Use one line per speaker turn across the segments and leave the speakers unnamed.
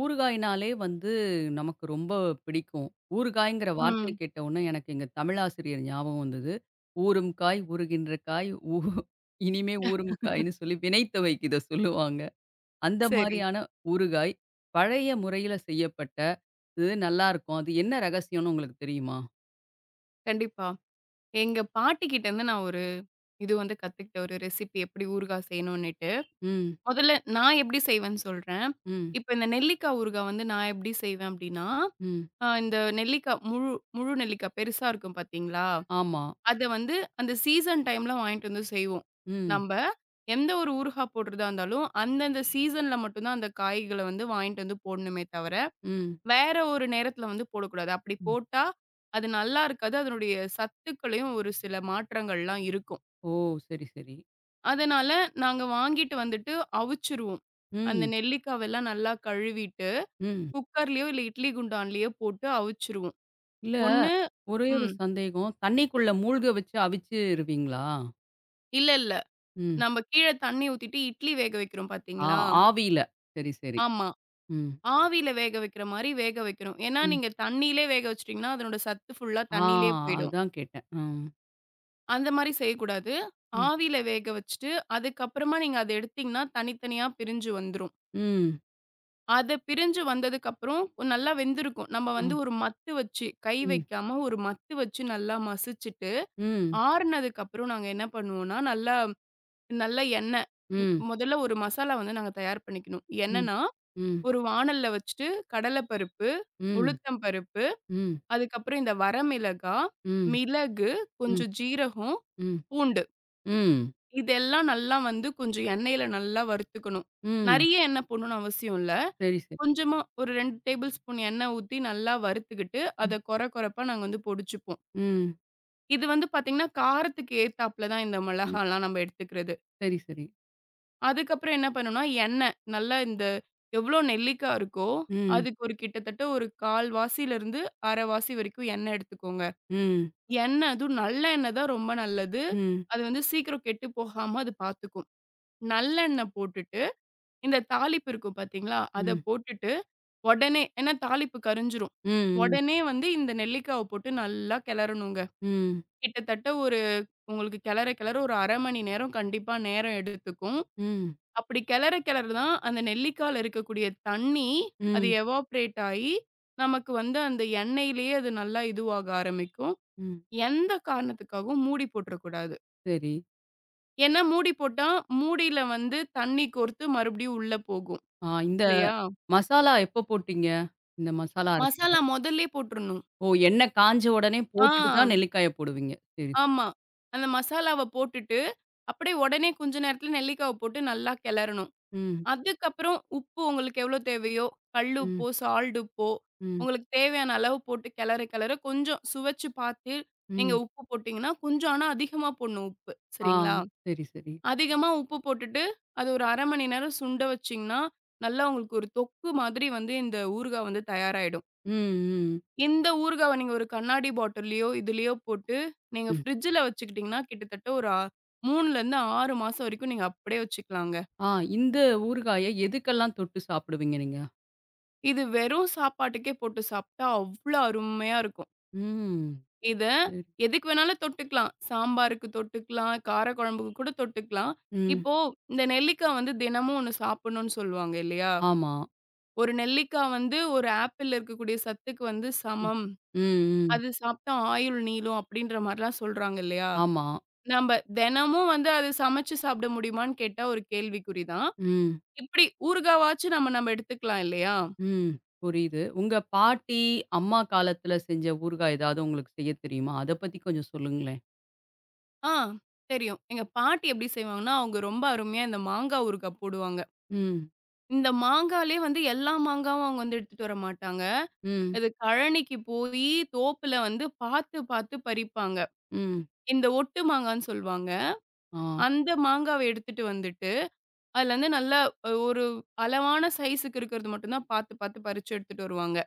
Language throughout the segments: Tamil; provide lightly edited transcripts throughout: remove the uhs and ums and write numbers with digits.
ஊறுகாய்னாலே வந்து நமக்கு ரொம்ப பிடிக்கும். ஊறுகாய்ங்கிற வார்த்தைய
ம்.
கேட்டவுனே எனக்கு எங்க தமிழாசிரியர் ஞாபகம் வந்தது. ஊறும் காய், ஊறுகின்ற காய், இனிமே ஊறும் காய்ன்னு சொல்லி வினை துவைக்கு இத சொல்லுவாங்க. அந்த
சரி.
மாரியான ஊறுகாய், பழைய முறையில செய்யப்பட்ட, இது நல்லாருக்கும். அது என்ன ரகசியம்னு உங்களுக்கு தெரியுமா?
கண்டிப்பா. எங்க பாட்டிகிட்டருந்து நான் ஒரு இது வந்து கத்துக்கிட்டேன். ஒரு ரெசிபி எப்படி ஊறுகாய் செய்யணும்னுட்டு.
ம்,
முதல்ல நான் எப்படி செய்வேன்னு சொல்றேன்.
ம்,
இப்ப இந்த நெல்லிக்காய் ஊறுகாய் வந்து நான் எப்படி செய்வேன் அப்படின்னா,
ம்.
இந்த நெல்லிக்காய் முழு முழு நெல்லிக்காய் பெருசா இருக்கும் பார்த்தீங்களா?
ஆமா.
அத வந்து அந்த சீசன் டைம்ல வாங்கிட்டு வந்து செய்வோம்.
ம்,
நம்ப எந்த ஒரு ஊறுகாய் போடுறதா இருந்தாலும், அந்தந்த சீசன்ல மட்டும் தான் அந்த காய்கள வந்து வாங்கிட்டு வந்து போடணுமே தவிர
ம்,
வேற ஒரு நேரத்துல வந்து போடக்கூடாது. அப்படி
ம்.
போட்டா, அது நல்லா இருக்காது. அதனுடைய சத்துக்களையும் ஒரு சில மாற்றங்கள்லாம் இருக்கும்.
ஓ! சரி, சரி.
அதனால நாங்க வாங்கிட்டு வந்துட்டு அவிச்சுருவோம். அந்த
ம்,
நெல்லிக்காவெல்லாம் நல்லா கழுவிட்டு,
ம்.
குக்கர்லயோ இல்ல இட்லி குண்டான்லயோ போட்டு அவிச்சுருவோம்.
இல்ல,
ஒண்ணு
ஒரே ஒரு
ம்.
சந்தேகம். தண்ணிக்குள்ள மூழ்க வச்சு அவிச்சிருவீங்களா?
இல்ல, இல்ல.
ம்.
நம்ம கீழ தண்ணி ஊத்திட்டு இட்லி வேக வைக்கிறோம்
ஆ
பாத்தீங்களா?
ஆவியில. சரி, சரி.
ஆமா.
ம்.
ஆவியில வேக வைக்கிற மாரி வேக வைக்கணும். ஏன்னா,
ம்.
நீங்க தண்ணீலே வேக வச்சுட்டீங்கன்னா, அதனோட சத்து ஃபுல்லா
ஆ
தண்ணீலயே போயிடும்.
அதான் கேட்டேன். ம்.
அந்த மாரி செய்யக்கூடாது.
ம்.
ஆவியில வேக வச்சுட்டு, அதுக்கப்புறமா நீங்க அத எடுத்தீங்கன்னா, தனித்தனியா பிரிஞ்சு வந்துரும்.
ம்.
அத பிரிஞ்சு வந்ததுக்கப்புறம் நல்லா வெந்திருக்கும். நம்ம
ஆ.
வந்து ஒரு மத்து வச்சு, கை
ம்.
வைக்காம ஒரு மத்து வச்சு நல்லா மசிச்சுட்டு,
ம்.
ஆறுனதுக்கப்புறம் நாங்க என்ன பண்ணுவோம்னா, நல்லா நல்ல எண்ணெய்
ம்.
முதல்ல ஒரு மசாலா வந்து நாங்க தயார் பண்ணிக்கணும்.
ம்.
என்னன்னா,
ம்.
ஒரு வாணல்ல வச்சுட்டு கடல பருப்பு,
ம்.
உளுத்தம் பருப்பு,
ம்.
அதுக்கப்புறம் இந்த வரமிளகாய்,
ம்.
மிளகு,
ம்.
கொஞ்சம் ஜீரகம்,
ம்.
பூண்டு
ம்.
இதெல்லாம் நல்லா வந்து கொஞ்சம் எண்ணெயில நல்லா வறுத்துக்கணும்.
ம்.
நெறைய எண்ணெய் போடணும்னு அவசியம் இல்ல.
சரி, சரி.
கொஞ்சமா ஒரு 2 டேபிள் ஸ்பூன் எண்ணெய் ஊத்தி நல்லா வறுத்துக்கிட்டு,
ம்.
அத கொர கொரப்பா நாங்க வந்து பொடிச்சுப்போம்.
ம்.
இது வந்து பார்த்தீங்கன்னா, காரத்துக்கு ஏத்தாப்புல தான் இந்த
ம்.
மிளகாலாம் நம்ம எடுத்துக்கிறது.
சரி, சரி.
அதுக்கப்புறம் என்ன பண்ணணும்னா, எண்ணெய் நல்லா இந்த எவ்வளோ நெல்லிக்கா இருக்கோ,
ம்.
அதுக்கு ஒரு கிட்டத்தட்ட ஒரு 1/4 வாசியிலிருந்து 1/2 வாசி வரைக்கும் எண்ணெய் எடுத்துக்கோங்க.
ம்.
எண்ணெய் அதுவும் நல்லெண்ணெய் தான் ரொம்ப நல்லது.
ம்.
அது வந்து சீக்கிரம் கெட்டு போகாம அது பார்த்துக்கும். நல்லெண்ணெய் போட்டுட்டு இந்த தாளிப்பு இருக்கும் பார்த்தீங்களா? அத
ம்.
போட்டுட்டு, உடனே ஏன்னா தாளிப்பு கரிஞ்சிரும்.
ம்.
உடனே வந்து இந்த நெல்லிக்காவ போட்டு நல்லா கிளறணுங்க.
ம்.
கிட்டத்தட்ட ஒரு உங்களுக்கு கிளற கிளற ஒரு 1/2 மணி நேரம் கண்டிப்பா நேரம் எடுத்துக்கும்.
ம். ம்.
அப்படி கிளற கிளற தான் அந்த நெல்லிக்கால இருக்கக்கூடிய தண்ணி, அது
ம்.
எவாப்ரேட் ஆயி, நமக்கு வந்து அந்த எண்ணெயிலேயே அது நல்லா இதுவாக ஆரம்பிக்கும்.
ம்.
எந்த காரணத்துக்காகவும் மூடி போட்டுறக்கூடாது.
சரி.
ஏன்னா மூடி போட்டா, மூடியில வந்து தண்ணி கோர்த்து மறுபடியும் உள்ள போகும்.
இந்த
இல்லையா?
மசாலா எப்போ போட்டீங்க? இந்த மசாலா அரைச்சது.
மசாலா மொதல்லயே போட்டுறணும்.
ஓ! எண்ணெய் காஞ்ச உடனே
ஆ,
போட்டுட்டு தான் நெல்லிக்காய போடுவீங்க. சரி, சரி.
ஆமா. அந்த மசாலாவ போட்டுட்டு, அப்படியே உடனே கொஞ்ச நேரத்துல நெல்லிக்காவ போட்டு நல்லா கிளறணும்.
ம்,
அதுக்கப்புறம் உப்பு உங்களுக்கு எவ்வளோ தேவையோ,
ம்,
கல்லுப்போ, சால்ட் உப்போ,
ம்,
உங்களுக்கு தேவையான அளவு போட்டு கிளற கிளற கொஞ்சம் சுவைச்சு பார்த்து நீங்க
ம்.
உப்பு போட்டீங்கன்னா, கொஞ்சம் ஆனா அதிகமா போடணும் உப்பு.
ஆ
சரிங்களா?
சரி, சரி.
அதிகமா உப்பு போட்டுட்டு, அது ஒரு 1/2 மணி நேரம் சுண்ட வச்சீங்கன்னா, நல்லா உங்களுக்கு ஒரு தொக்கு மாதிரி வந்து இந்த ஊறுகாய் வந்து தயாராயிடும்.
ம், ம்,
இந்த ஊறுகாவ நீங்க ஒரு கண்ணாடி பாட்டில்லயோ, இதுலயோ போட்டு நீங்க
ம்.
ஃப்ரிட்ஜ்ல வச்சுக்கிட்டீங்கன்னா, கிட்டத்தட்ட ஒரு 3லருந்து 6 மாசம் வரைக்கும் நீங்க அப்படியே வச்சுக்கலாங்க.
ஆ இந்த ஊறுகாய எதுக்கெல்லாம் தொட்டு சாப்பிடுவீங்க நீங்க?
இது வெறும் சாப்பாட்டுக்கே போட்டு சாப்ட்டா அவ்ளோ அருமையா இருக்கும்.
ம்.
இத
சரி.
எதுக்கு வேணாலும் தொட்டுக்கலாம். சாம்பாருக்கு தொட்டுக்கலாம், கார குழம்புக்கு கூட தொட்டுக்கலாம்.
ம்.
இப்போ இந்த நெல்லிக்கா வந்து தினமும் ஒண்ணு சாப்பிடணும்னு சொல்லுவாங்க இல்லையா?
ஆமா.
ஒரு நெல்லிக்கா வந்து ஒரு ஆப்பிள்ல இருக்கக்கூடிய சத்துக்கு வந்து
ம்.
சமம்.
ம், ம்.
அது சாப்ட்டா ஆயுள் நீளும் அப்படின்ற மாரிலாம் சொல்றாங்க இல்லையா?
ஆமா.
நம்ப தினமும் வந்து அது சமைச்சு சாப்பிட முடியுமான்னு கேட்டா ஒரு கேள்விக்குறி தான்.
ம்,
இப்டி ஊறுகாவாச்சும் நம்ம நம்ம எடுத்துக்கலாம் இல்லையா?
ம். புரியுது. உங்க பாட்டி, அம்மா காலத்துல செஞ்ச ஊறுகாய் ஏதாவது உங்களுக்கு செய்ய தெரியுமா? அத பத்தி கொஞ்சம் சொல்லுங்களேன்.
ஆ தெரியும். எங்க பாட்டி எப்டி செய்வாங்கன்னா, அவங்க ரொம்ப அருமையா இந்த மாங்கா ஊறுகாய் போடுவாங்க.
ம்,
இந்த மாங்காலே வந்து எல்லா மாங்காவும் அவங்க வந்து எடுத்துட்டு வர மாட்டாங்க.
ம்,
அது கழனிக்கு போயி தோப்புல வந்து பாத்து பாத்து பறிப்பாங்க.
ம்.
இந்த ஒட்டு மாங்கான்னு சொல்லுவாங்க.
ஆ,
அந்த மாங்காவ எடுத்துட்டு வந்துட்டு, அதுலருந்து நல்லா ஒரு அளவான சைஸுக்கு இருக்கிறது மட்டும் தான் பாத்து பாத்து பறிச்சு எடுத்துட்டு வருவாங்க.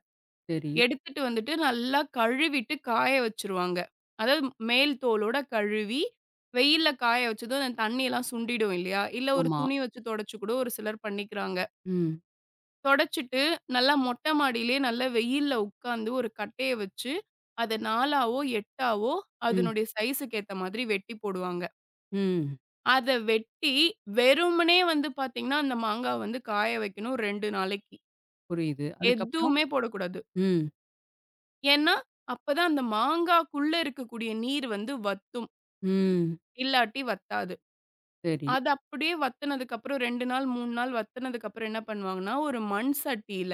சரி.
எடுத்துட்டு வந்துட்டு நல்லா கழுவிட்டு காய வச்சுருவாங்க. அதாவது மேல் தோலோட கழுவி, வெயில்ல காய வச்சதும் அந்த தண்ணியெல்லாம் சுண்டிடும் இல்லையா? இல்ல ஒரு
ஆமா.
துணி வச்சு தொடச்சு கூட ஒரு சிலர் பண்ணிக்கிறாங்க.
ம்.
தொடச்சுட்டு நல்லா மொட்டை மாடியிலேயே நல்லா வெயில்ல உட்காந்து ஒரு கட்டைய வச்சு, அத 4ஆவோ, 8ஆவோ
ம்.
அதனுடைய சைஸுக்கு ஏத்த மாதிரி வெட்டி போடுவாங்க.
ம்.
அத வெட்டி வெறுமனே வந்து பார்த்தீங்கன்னா, அந்த மாங்காவ வந்து காய வைக்கணும் 2 நாளைக்கு.
புரியுது. அதுக்கப்புறம்?
எதுவுமே போடக்கூடாது.
ம்.
ஏன்னா, அப்பதான் அந்த மாங்காக்குள்ள இருக்கக்கூடிய நீர் வந்து வத்தும்.
ம்.
இல்லாட்டி வத்தாது.
சரி.
அது அப்படியே வத்துனதுக்கப்புறம் 2 நாள், 3 நாள் வத்துனதுக்கப்புறம் என்ன பண்ணுவாங்கன்னா, ஒரு மண் சட்டியில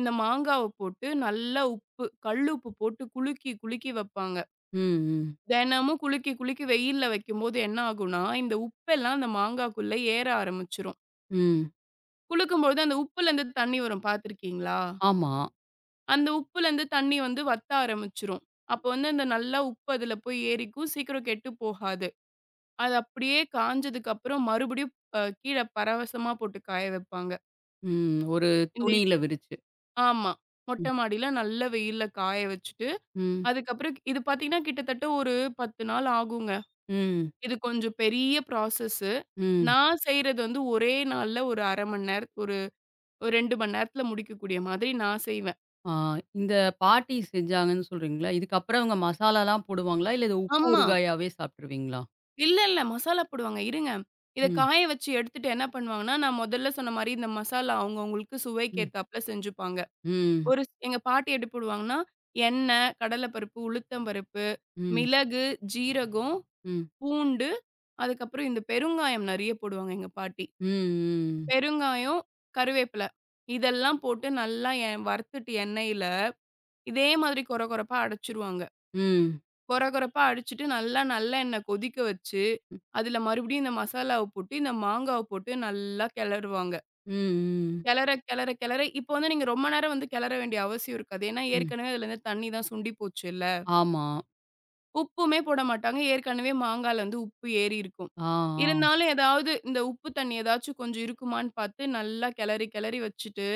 இந்த மாங்காவ போட்டு நல்லா உப்பு, கல்லுப்பு போட்டு குலுக்கி, குலுக்கி வப்பாங்க.
ம். ம்.
தினமும் குலுக்கி, குலுக்கி வெயில்ல வைக்கும்போது என்ன ஆகும்னா, இந்த உப்பெல்லாம் அந்த மாங்காக்குள்ள ஏற ஆரம்பிச்சுரும்.
ம்.
குலுக்கும்பொழுது அந்த உப்புலேருந்து தண்ணி வரும் பார்த்துருக்கீங்களா?
ஆமா.
அந்த உப்புலேருந்து தண்ணி வந்து வத்த ஆரம்பிச்சுரும். அப்ப வந்து அந்த நல்லா உப்பு அதுல போய் ஏறிக்கும். சீக்கிரம் கெட்டு போகாது. அது அப்படியே காஞ்சதுக்கு அப்புறம் மறுபடியும் கீழ பரவசமா போட்டு காய வைப்பாங்க.
ம். ஒரு
இந்த இத்
துணியில விரிச்சு.
ஆமா.
ம்.
மொட்டை மாடியில நல்ல வெயில்ல காய வச்சுட்டு,
ம்.
அதுக்கப்புறம் இது பார்த்தீங்கன்னா, கிட்டத்தட்ட ஒரு 10 நாள் ஆகுங்க.
ம்.
இது கொஞ்சம் பெரிய ப்ராசஸ்ஸு.
ம்.
நான் செய்றது வந்து ஒரே நாள்ல ஒரு 1/2 மணி நேரம் ஒரு ஒரு 2 மணி நேரத்தில முடிக்கக்கூடிய மாதிரி நான் செய்வேன்.
ஆ இந்த பாட்டி செஞ்சாங்கன்னு சொல்றீங்களா? இதுக்கப்புறம் அவங்க மசாலாலாம் போடுவாங்களா? இல்ல இது உப்பு
ஆமா.
ஊறுகாயாவே சாப்ட்டுருவீங்களா?
இல்ல, இல்ல. மசாலா போடுவாங்க. இருங்க. இத
ம்.
காய வச்சு எடுத்துட்டு என்ன பண்ணுவாங்கன்னா, நான் முதல்ல சொன்ன மாரி இந்த மசாலா அவங்கவங்களுக்கு சுவைக்கு
ம்.
ஏத்தாப்புல செஞ்சுப்பாங்க.
ம்.
எங்க பாட்டி எப்படி போடுவாங்கன்னா, எண்ணெய், கடலைப்பருப்பு, உளுத்தம் பருப்பு,
ம்.
மிளகு, ஜீரகம்,
ம்.
பூண்டு, அதுக்கப்புறம் இந்த பெருங்காயம் நெறைய போடுவாங்க எங்க பாட்டி.
ம். ம்.
பெருங்காயம், கருவேப்பில இதெல்லாம் போட்டு நல்லா வறுத்துட்டு எண்ணெயில, இதே மாதிரி கொர கொரப்பா அடைச்சுருவாங்க.
ம்.
கொர கொரப்பா அடிச்சுட்டு நல்லா நல்லெண்ணெய் கொதிக்க வச்சு,
ம்.
அதுல மறுபடியும் இந்த மசாலாவ போட்டு, இந்த மாங்காவ போட்டு நல்லா கிளறுவாங்க.
ம்.
கிளற கிளற கிளற இப்போ வந்து நீங்க ரொம்ப நேரம் வந்து கிளற வேண்டிய அவசியம் இருக்காது. ஏன்னா
ம்.
ஏற்கனவே அதுலேருந்து தண்ணி தான் சுண்டி போச்சுல்ல.
ஆமா.
உப்புமே போட மாட்டாங்க. ஏற்கனவே மாங்கால வந்து உப்பு ஏறி இருக்கும்.
ஆ, ஆ.
இருந்தாலும் ஏதாவது இந்த உப்பு தண்ணி ஏதாச்சும் கொஞ்சம் இருக்குமான்னு பார்த்து நல்லா கிளறி கிளறி வச்சுட்டு,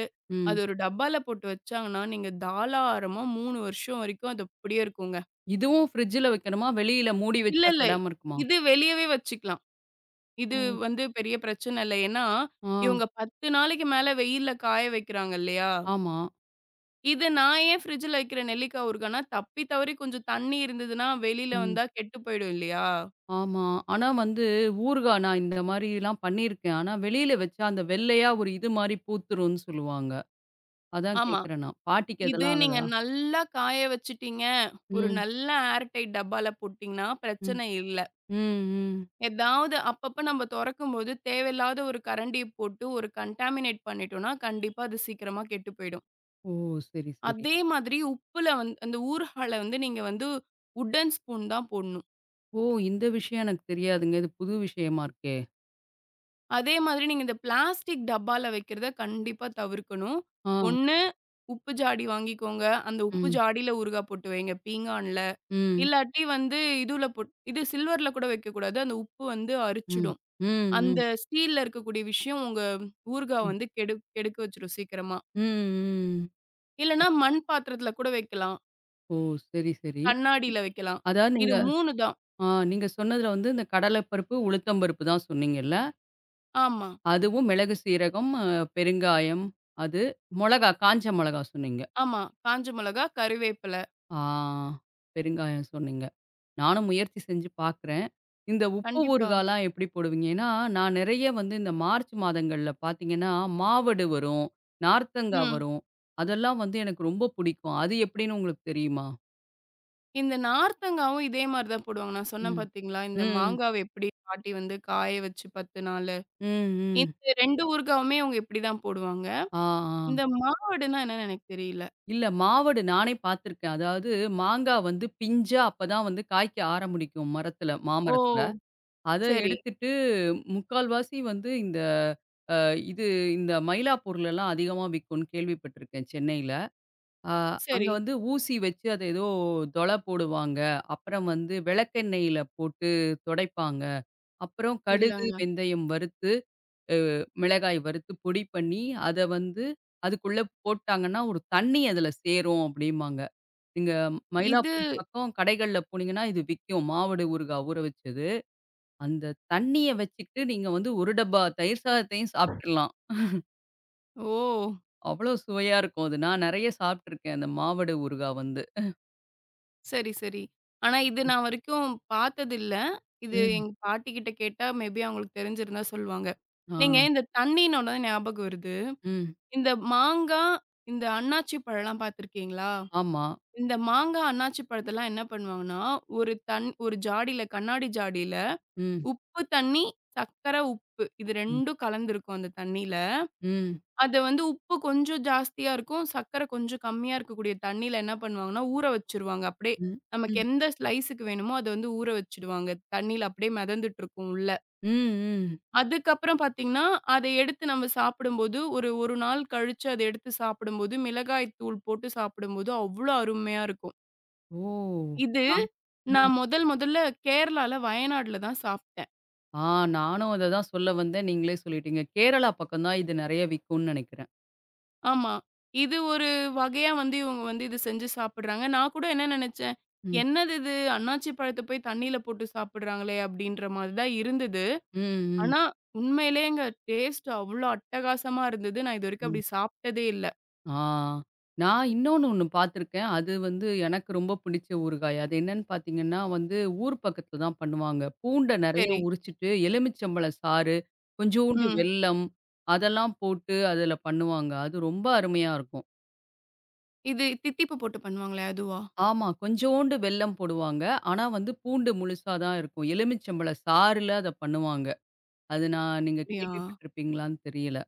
அது
ம்.
ஒரு டப்பால போட்டு வச்சாங்கன்னா, நீங்க தாராளமா 3 வருஷம் வரைக்கும் அது அப்படியே இருக்குங்க.
இதுவும் ஃப்ரிட்ஜ்ல வைக்கணுமா? வெளியில மூடி
இல்ல,
வச்சா
இல்ல.
கெடாம இருக்குமா?
இது வெளியவே வச்சுக்கலாம். இது
ஓ!
வந்து பெரிய பிரச்சனை இல்ல. ஏன்னா,
ஆ,
இவங்க 10 நாளைக்கு மேல வெயில்ல காய வைக்கிறாங்க இல்லையா?
ஆமா.
இது நான் ஏன் ஃப்ரிட்ஜ்ல வைக்கிற நெல்லிக்காய் ஊறுகாய்னா, தப்பி தவறி கொஞ்சம் தண்ணி இருந்ததுன்னா, வெளில
ம்.
வந்தா கெட்டு போயிடும் இல்லையா?
ஆமா. ஆனா வந்து ஊறுகா நான் இந்த மாரிலாம் பண்ணியிருக்கேன். ஆனா வெளியில வச்சா அந்த வெள்ளையா ஒரு இது மாரி பூத்துரும்ன்னு சொல்லுவாங்க. அதான்
ஆமா.
கேட்கிறேன் நான். பாட்டிக்கு
இது
அதெல்லாம்
நீங்க
ஆகாதா?
நல்லா காய வச்சுட்டீங்க, ஒரு
ம்,
நல்ல ஏர் டைட் டப்பால போட்டீங்கன்னா,
ம்,
பிரச்சனை இல்ல.
ம், ம்.
ஏதாவது அப்பப்ப நம்ம தொறக்கும்போது, தேவையில்லாத ஒரு கரண்டிய போட்டு ஒரு கண்டாமினேட் பண்ணிட்டோம்னா, கண்டிப்பா அது சீக்கிரமா கெட்டு போயிடும்.
ஓ! சரி, சரி.
அதே மாதிரி உப்புல வந்து அந்த ஊறுகால வந்து நீங்க வந்து உட்டன் ஸ்பூன் தான் போடணும்.
ஓ! இந்த விஷயம் எனக்கு தெரியாதுங்க. இது புது விஷயமா இருக்கே!
அதே மாதிரி நீங்க இந்த பிளாஸ்டிக் டப்பால வைக்கிறத கண்டிப்பா தவிர்க்கணும்.
ஆ,
ஒண்ணு உப்பு ஜாடி வாங்கிக்கோங்க. அந்த உப்பு
ம்,
ஜாடியில ஊறுகா போட்டு வைங்க பீங்கான்ல.
ம், ம்,
இல்லாட்டி வந்து இதுல இது சில்வர்ல கூட வைக்கக்கூடாது. அந்த உப்பு வந்து
ம்,
அரிச்சிடும்.
ம்,
அந்த
ம்,
ஸ்டீல்ல இருக்கக்கூடிய விஷயம் உங்க ஊறுகாவ
ம்,
வந்து கெடு கெடுக்க வச்சுரும் சீக்கிரமா.
ம்.
இல்லன்னா மண் பாத்திரத்துல கூட வைக்கலாம்.
ஓ! சரி, சரி.
கண்ணாடியில வைக்கலாம்.
அதாவது
இது
நீங்க
3 தான்.
நீங்க சொன்னதுல வந்து இந்த கடலை பருப்பு, உளுத்தம் பருப்பு தான் சொன்னீங்கல்ல?
ஆமா.
அதுவும் மிளகு, சீரகம், பெருங்காயம், அது மொளகா, காஞ்ச மொளகா சொன்னீங்க.
ஆமா. காஞ்ச மிளகா, கருவேப்பில.
ஆ பெருங்காயம் சொன்னீங்க. நானும் முயற்சி செஞ்சு பார்க்குறேன். இந்த உப்பு
கண்டிப்பா.
ஊறுகாலாம் எப்படி போடுவீங்க? ஏன்னா, நான் நெறைய வந்து இந்த மார்ச் மாதங்கள்ல பார்த்தீங்கன்னா, மாவடு வரும், நார்த்தங்கா
ம்.
வரும். அதெல்லாம் வந்து எனக்கு ரொம்ப பிடிக்கும். அது எப்படின்னு உங்களுக்கு தெரியுமா?
இந்த நார்த்தங்காவும் இதே மாரி தான் போடுவாங்க. நான் சொன்னேன்
ம்.
பார்த்தீங்களா? இந்த
ம்.
மாங்காவ எப்படி பாட்டி வந்து காய வச்சு 10 நாளு.
ம். ம்.
இந்த 2 ஊறுகாவுமே அவங்க இப்படி தான் போடுவாங்க.
ஆ, ஆ.
இந்த மாவடுனா என்னன்னு எனக்கு தெரியல.
இல்ல மாவடு நானே பார்த்துருக்கேன். அதாவது மாங்கா வந்து பிஞ்சா அப்பதான் வந்து காய்க்க ஆரம்பிக்கும் மரத்துல,
ஓ!
மாமரத்துல. அத
சரி,
எடுத்துட்டு 3/4வாசி வந்து இந்த அ இது இந்த மயிலாப்பூர்லலாம் அதிகமா விக்கும்னு கேள்விப்பட்டுருக்கேன் சென்னையில. அ அங்க
சரி.
வந்து ஊசி வச்சு அத ஏதோ தொல போடுவாங்க. அப்புறம் வந்து விளக்கெண்ணெயில போட்டு தொடைப்பாங்க. அப்புறம் கடுகு,
இல்லங்க.
வெந்தயம் வறுத்து, அ மிளகாய் வறுத்து பொடி பண்ணி, அத வந்து அதுக்குள்ள போட்டாங்கன்னா, ஒரு தண்ணி அதுல சேரும் அப்டிம்பாங்க. நீங்க
இது
மயிலாப்பூர் பக்கம் கடைகள்ல போனீங்கன்னா, இது விக்கும். மாவடு ஊறுகாய் ஊற வச்சது. அந்த தண்ணிய வச்சுக்கிட்டு நீங்க வந்து 1 டப்பா தயிர் சாதத்தையும் சாப்பிட்டுறலாம்.
ஓ!
அவ்வளோ சுவையா இருக்கும் அது. நான் நெறைய சாப்பிட்டுருக்கேன். அந்த மாவடு ஊறுகாய் வந்து.
சரி, சரி. ஆனா இது நான் வரைக்கும் பார்த்ததில்ல. இது
ம்.
எங்க பாட்டி கிட்ட கேட்டா மேபி அவங்களுக்கு தெரிஞ்சிருந்தா சொல்லுவாங்க.
ஆ.
நீங்க இந்த தண்ணீனோன ஞாபகம் வருது.
ம்.
இந்த மாங்கா, இந்த அண்ணாச்சி பழம்லாம் பார்த்திருக்கீங்களா?
ஆமா.
இந்த மாங்கா, அண்ணாச்சி பழத்தெல்லாம் என்ன பண்ணுவாங்கன்னா, ஒரு ஜாடில கண்ணாடி ஜாடில
ம்.
உப்பு தண்ணி, சர்க்கரை, உப்பு இது
ம்.
2ம் கலந்திருக்கும் அந்த தண்ணீல.
ம்.
அத வந்து உப்பு கொஞ்சம் ஜாஸ்தியா இருக்கும். சர்க்கரை கொஞ்சம் கம்மியா இருக்கக்கூடிய தண்ணீல என்ன பண்ணுவாங்கன்னா, ஊற வச்சுருவாங்க. அப்படியே
ம்.
நமக்கு
ம்.
எந்த ஸ்லைஸுக்கு வேணுமோ, அத வந்து ஊற வச்சுடுவாங்க. தண்ணீல அப்படியே மிதந்துட்டு இருக்கும் உள்ள.
ம். ம்.
அதுக்கப்புறம் பார்த்தீங்கன்னா, அத எடுத்து நம்ம சாப்பிடும்போது, ஒரு 1 நாள் கழிச்சு அத எடுத்து சாப்பிடும்போது, மிளகாய் தூள் போட்டு சாப்பிடும்போது அவ்ளோ அருமையா இருக்கும்.
ஓ!
இது
ஆ. ம்.
நான் முதல் முதல்ல கேரளால வயநாட்ல தான் சாப்பிட்டேன்.
ஆ நானும் அத தான் சொல்ல வந்தேன். நீங்களே சொல்லிட்டீங்க. கேரளா பக்கம் தான் இது நெறைய விக்கும்னு நெனைக்கிறேன்.
ஆமா. இது ஒரு வகையா வந்து இவங்க வந்து இத செஞ்சு சாப்பிடுறாங்க. நான் கூட என்ன நெனச்சேன்,
ம்.
"என்னது இது அண்ணாச்சி பழத்த போய் தண்ணீல போட்டு சாப்பிடுறாங்களே!" அப்படின்ற மாரி தான் இருந்தது.
ம். ம்.
ஆனா உண்மையிலேங்க டேஸ்ட் அவ்ளோ அட்டகாசமா இருந்தது. நான் இதுவரைக்கும்
ம்.
அப்படி சாப்பிட்டதே இல்ல.
ஆ. நான் ஒண்ணு பார்த்துருக்கேன். அது வந்து எனக்கு ரொம்ப பிடிச்ச ஊறுகாய். அது என்னன்னு பார்த்தீங்கன்னா, வந்து ஊர் பக்கத்துல தான் பண்ணுவாங்க. பூண்ட நெறைய
சரி.
உரிச்சுட்டு, எலுமிச்சம்பழ சாறு, கொஞ்சூண்டு
ம்.
வெல்லம் அதெல்லாம் போட்டு அதுல பண்ணுவாங்க. அது ரொம்ப அருமையா இருக்கும்.
இது தித்திப்பு போட்டு பண்ணுவாங்களே அதுவா?
ஆமா. கொஞ்சோண்டு வெல்லம் போடுவாங்க. ஆனா வந்து பூண்டு முழுசா தான் இருக்கும். எலுமிச்சம்பழ சாறுல அத பண்ணுவாங்க. அது நான் நீங்க
அப்படியா?
கேள்விப்பட்டிருப்பீங்களான்னு தெரியல.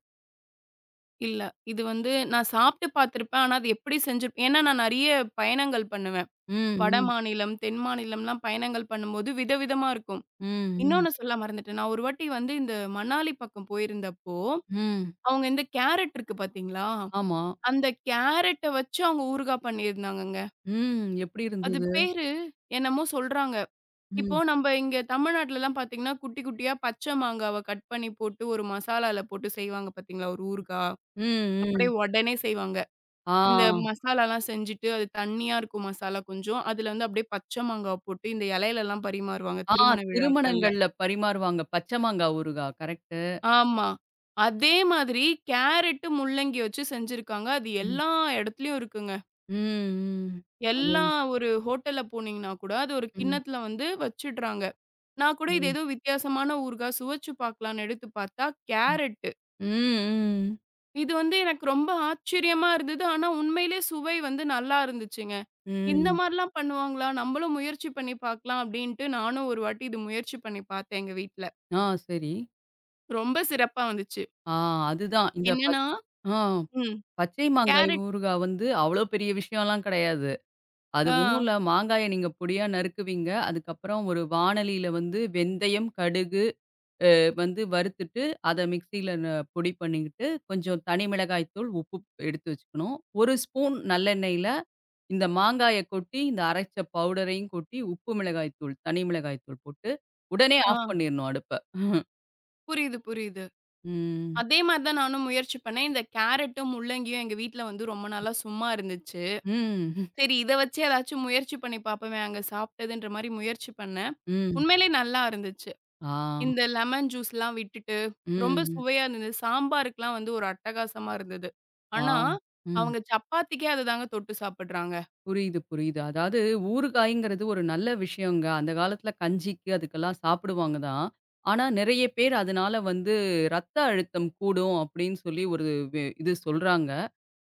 இல்ல. இது வந்து நான் சாப்பிட்டு பார்த்துருப்பேன். ஆனா அது எப்படி செஞ்சிருப்பேன் ஏன்னா நான் நெறைய பயணங்கள் பண்ணுவேன்.
ம்,
வட
ம்,
மாநிலம், தென் மாநிலம்லாம் பயணங்கள் பண்ணும்போது விதவிதமா இருக்கும்.
ம், ம்,
இன்னொன்னு சொல்ல மறந்துட்டேன். நான் ஒரு வாட்டி வந்து இந்த மணாலி பக்கம் போயிருந்தப்போ,
ம்.
அவங்க இந்த கேரட் இருக்கு பார்த்தீங்களா?
ஆமா.
அந்த கேரட்ட வச்சு அவங்க ஊறுகாய் பண்ணியிருந்தாங்கங்க.
ம். எப்படி
அது
இருந்தது?
பேரு என்னமோ சொல்றாங்க. இப்போ
ம்,
நம்ப இங்க தமிழ்நாட்டுலலாம் பார்த்தீங்கன்னா, குட்டி குட்டியா பச்சை மாங்காவ கட் பண்ணி போட்டு ஒரு மசாலால போட்டு செய்வாங்க பார்த்தீங்களா? ஒரு ஊறுகா.
ம்,
அப்படியே
ம்.
உடனே செய்வாங்க.
ஆ,
இந்த மசாலாலாம் செஞ்சுட்டு, அது தண்ணியா இருக்கும் மசாலா கொஞ்சம். அதுல வந்து அப்படியே பச்சை மாங்கா போட்டு, இந்த இலையிலலாம் பரிமாறுவாங்க
ஆ
திருமண விழாக்கள்ல.
திருமணங்கள்ல பரிமாறுவாங்க. பச்சை மாங்கா ஊறுகா. கரெக்ட்டு.
ஆமா. அதே மாதிரி கேரட்டு, முள்ளங்கி வச்சு செஞ்சிருக்காங்க. அது
ம்.
எல்லா இடத்துலயும் இருக்குங்க.
ம், ம். அது
எல்லா ஒரு ஹோட்டல்ல போனீங்கன்னா கூட, அது ஒரு
ம்.
கிண்ணத்துல வந்து வச்சுடுறாங்க. நான் கூட இது
ம்.
ஏதோ வித்தியாசமான ஊறுகா சுவைச்சு பார்க்கலான்னு எடுத்து பார்த்தா, கேரட்
ம், ம்.
இது வந்து எனக்கு ரொம்ப ஆச்சரியமா இருந்தது. ஆனா, உண்மையிலேயே சுவை வந்து நல்லா இருந்துச்சுங்க. இந்த
ம்.
மாரிலாம் பண்ணுவாங்களா? நம்மளும் முயற்சி பண்ணி பார்க்கலாம் அப்டின்ட்டு நானும் ஒரு வாட்டி இது முயற்சி பண்ணி பார்த்தேன் எங்க வீட்ல.
ஆ சரி.
ரொம்ப சிறப்பா வந்துச்சு.
ஆ அதுதான். இந்த பச்
என்னன்னா
ஆ
ம்.
பச்சை மாங்காய்
கேரட்
ஊறுகா வந்து அவ்வளோ பெரிய விஷயம்லாம் கிடையாது. அது ஒண்ணும்
ஆ,
இல்ல. மாங்காய நீங்க பொடியா நறுக்குவீங்க. அதுக்கப்புறம் ஒரு வாணலியில வந்து வெந்தயம், கடுகு வந்து வறுத்துட்டு, அத மிக்ஸியில பொடி பண்ணிக்கிட்டு, கொஞ்சம் தனி மிளகாய் தூள், உப்பு எடுத்து வச்சுக்கணும். 1 ஸ்பூன் நல்லெண்ணெயில இந்த மாங்காய கொட்டி, இந்த அரைச்ச பவுடரையும் கொட்டி, உப்பு மிளகாய் தூள், தனி மிளகாய் தூள் போட்டு, உடனே
ஆ.
ஆஃப் பண்ணிறணும் அடுப்ப.
புரியுது, புரியுது.
ம்.
அதே மாரி தான் நானும் முயற்சி பண்ணேன். இந்த கேரட்டும், முள்ளங்கியும் எங்க வீட்ல வந்து ரொம்ப நாளா சும்மா இருந்துச்சு.
ம்.
சரி இத வச்சு ஏதாச்சும் முயற்சி பண்ணி பார்ப்போமே, அங்க சாப்பிட்டதுன்ற மாரி முயற்சி பண்ணேன்.
ம்.
உண்மையிலேயே நல்லா இருந்துச்சு.
ஆ.
இந்த லெமன் ஜூஸ்லாம் விட்டுட்டு, ரொம்ப
ம்.
சுவையா இருந்தது. சாம்பாருக்குலாம் வந்து ஒரு அட்டகாசமா இருந்தது.
ஆ.
ஆனா,
ம்.
அவங்க சப்பாத்திக்கே அததாங்க தொட்டு சாப்பிடுறாங்க.
புரியுது, புரியுது. அதாவது ஊறுகாய்ங்கிறது ஒரு நல்ல விஷயங்க. அந்த காலத்துல கஞ்சிக்கு அதுக்கெல்லாம் சாப்பிடுவாங்க தான். ஆனா நெறைய பேர் அதனால வந்து ரத்த அழுத்தம் கூடும் அப்படின்னு சொல்லி ஒரு இது சொல்றாங்க.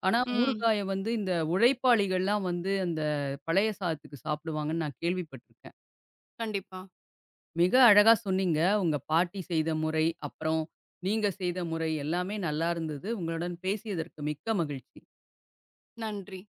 ஆனா ம்.
ம்.
ஊறுகாய வந்து இந்த உழைப்பாளிகள்லாம் வந்து அந்த பழைய சாதத்துக்கு சாப்பிடுவாங்கன்னு நான் கேள்விப்பட்டுருக்கேன்.
கண்டிப்பா.
மிக அழகா சொன்னீங்க. உங்க பாட்டி செய்த முறை, அப்புறம் நீங்க செய்த முறை எல்லாமே நல்லா இருந்தது. உங்களுடன் பேசியதற்கு மிக்க மகிழ்ச்சி.
நன்றி.